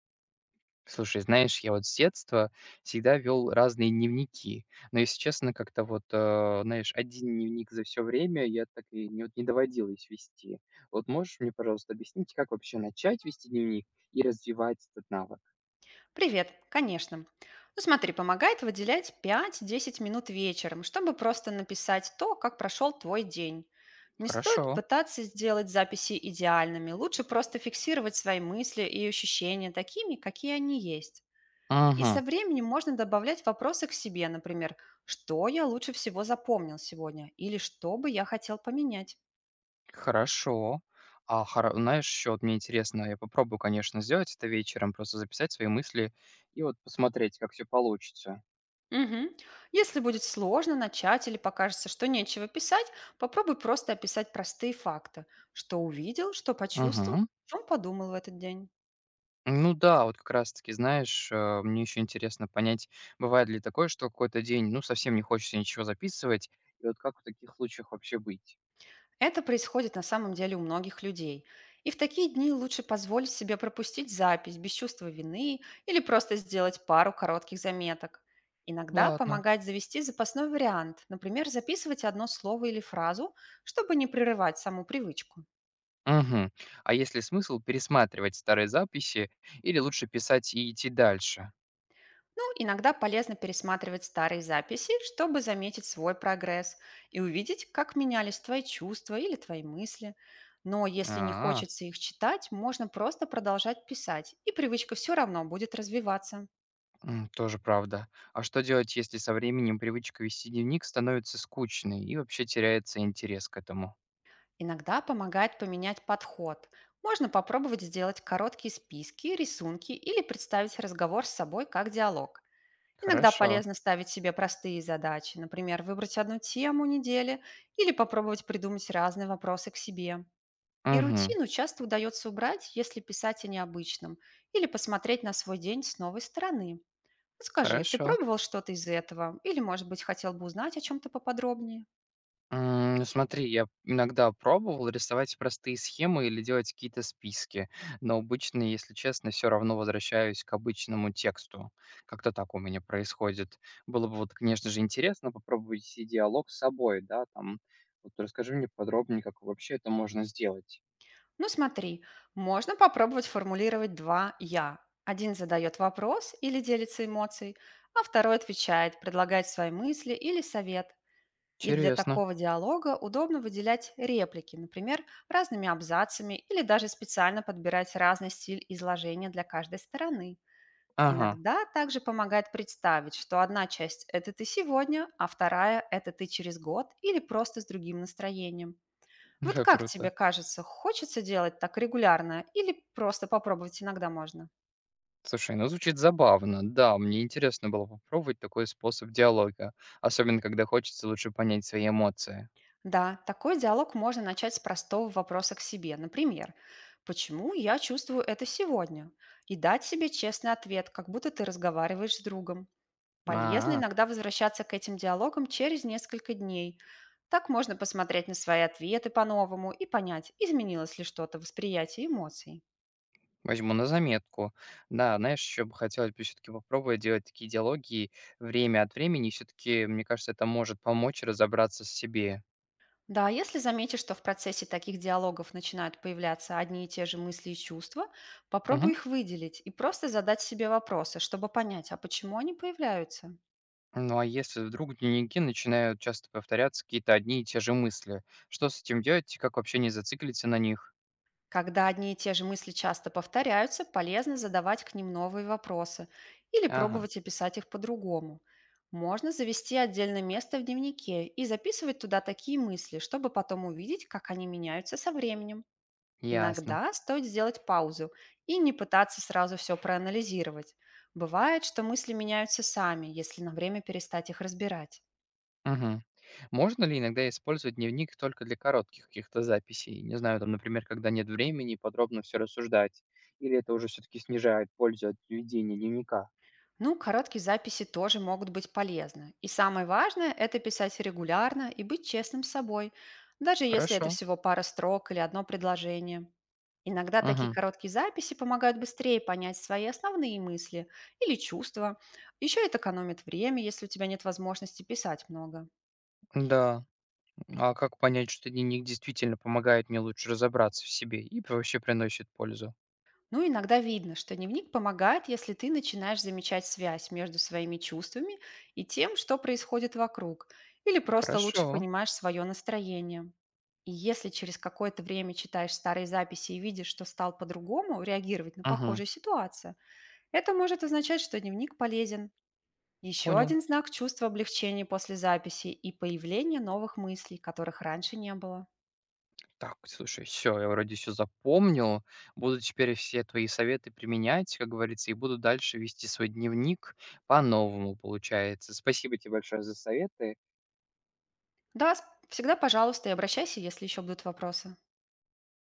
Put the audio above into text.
Слушай, знаешь, я вот с детства всегда вел разные дневники. Но, если честно, как-то вот, знаешь, один дневник за все время я так и не доводилось вести. Вот можешь мне, пожалуйста, объяснить, как вообще начать вести дневник и развивать этот навык? Привет, конечно. Ну смотри, помогает выделять 5-10 минут вечером, чтобы просто написать то, как прошел твой день. Не стоит Хорошо. пытаться сделать записи идеальными, лучше просто фиксировать свои мысли и ощущения такими, какие они есть. И со Мгм. временем можно добавлять вопросы к себе, например, что я лучше всего запомнил сегодня или что бы я хотел поменять. Хорошо. А, хоро знаешь, еще вот мне интересно, я попробую, конечно, сделать это вечером, просто записать свои мысли и вот посмотреть, как все получится. Мгм. Если будет сложно начать или покажется, что нечего писать, попробуй просто описать простые факты. Что увидел, что почувствовал, Мгм. о чем подумал в этот день. Ну да, вот как раз таки, знаешь, мне еще интересно понять, бывает ли такое, что какой-то день, ну, совсем не хочется ничего записывать, и вот как в таких случаях вообще быть? Это происходит на самом деле у многих людей. И в такие дни лучше позволить себе пропустить запись без чувства вины или просто сделать пару коротких заметок. Иногда Ладно. помогает завести запасной вариант, например, записывать одно слово или фразу, чтобы не прерывать саму привычку. Мгм. А есть ли смысл пересматривать старые записи или лучше писать и идти дальше? Ну, иногда полезно пересматривать старые записи, чтобы заметить свой прогресс и увидеть, как менялись твои чувства или твои мысли. Но если не А, хочется их читать, можно просто продолжать писать, и привычка все равно будет развиваться. м, тоже правда. А что делать, если со временем привычка вести дневник становится скучной и вообще теряется интерес к этому? Иногда помогает поменять подход. Можно попробовать сделать короткие списки, рисунки или представить разговор с собой как диалог. Иногда Хорошо. полезно ставить себе простые задачи, например, выбрать одну тему недели или попробовать придумать разные вопросы к себе. И Угу. рутину часто удается убрать, если писать о необычном, или посмотреть на свой день с новой стороны. Скажи, ты Хорошо. пробовал что-то из этого? Или, может быть, хотел бы узнать о чем-то поподробнее? М, смотри, я иногда пробовал рисовать простые схемы или делать какие-то списки, но обычно, если честно, все равно возвращаюсь к обычному тексту. Как-то так у меня происходит. Было бы вот, конечно же, интересно попробовать вести диалог с собой, да, там. Вот расскажи мне подробнее, как вообще это можно сделать. Ну смотри, можно попробовать формулировать два «я». Один задает вопрос или делится эмоцией, а второй отвечает, предлагает свои мысли или совет. И для Интересно. такого диалога удобно выделять реплики, например, разными абзацами или даже специально подбирать разный стиль изложения для каждой стороны. Ага, Иногда также помогает представить, что одна часть– это ты сегодня, а вторая– это ты через год или просто с другим настроением. Вот как как круто. тебе кажется, хочется делать так регулярно или просто попробовать иногда можно? Слушай, ну звучит забавно. Да, мне интересно было попробовать такой способ диалога, особенно когда хочется лучше понять свои эмоции. Да, такой диалог можно начать с простого вопроса к себе. Например, почему я чувствую это сегодня? И дать себе честный ответ, как будто ты разговариваешь с другом. Полезно А, иногда возвращаться к этим диалогам через несколько дней. Так можно посмотреть на свои ответы по-новому и понять, изменилось ли что-то в восприятии эмоций. возьму на заметку. Да, знаешь, еще бы хотелось бы все-таки попробовать делать такие диалоги время от времени. Все-таки, мне кажется, это может помочь разобраться с себе. Да, если заметишь, что в процессе таких диалогов начинают появляться одни и те же мысли и чувства, попробуй Мгм. их выделить и просто задать себе вопросы, чтобы понять, а почему они появляются. Ну а если вдруг в дневнике начинают часто повторяться какие-то одни и те же мысли, что с этим делать и как вообще не зациклиться на них? Когда одни и те же мысли часто повторяются, полезно задавать к ним новые вопросы или Ага, пробовать описать их по-другому. Можно завести отдельное место в дневнике и записывать туда такие мысли, чтобы потом увидеть, как они меняются со временем. ясно. Иногда стоит сделать паузу и не пытаться сразу все проанализировать. Бывает, что мысли меняются сами, если на время перестать их разбирать. Мгм. Можно ли иногда использовать дневник только для коротких каких-то записей? Не знаю, там, например, когда нет времени подробно все рассуждать. Или это уже все-таки снижает пользу от ведения дневника? Ну, короткие записи тоже могут быть полезны. И самое важное– это писать регулярно и быть честным с собой, даже если это Хорошо. всего пара строк или одно предложение. Иногда такие Мгм. короткие записи помогают быстрее понять свои основные мысли или чувства. Еще это экономит время, если у тебя нет возможности писать много. Да. А как понять, что дневник действительно помогает мне лучше разобраться в себе и вообще приносит пользу? Ну, иногда видно, что дневник помогает, если ты начинаешь замечать связь между своими чувствами и тем, что происходит вокруг, или просто лучше Хорошо. понимаешь свое настроение. И если через какое-то время читаешь старые записи и видишь, что стал по-другому реагировать на Мгм. похожие ситуации, это может означать, что дневник полезен. Еще Понял. один знак– чувство облегчения после записи и появление новых мыслей, которых раньше не было. Так, слушай, все, я вроде все запомнил. Буду теперь все твои советы применять, как говорится, и буду дальше вести свой дневник по-новому, получается. Спасибо тебе большое за советы. Да, всегда пожалуйста и обращайся, если еще будут вопросы.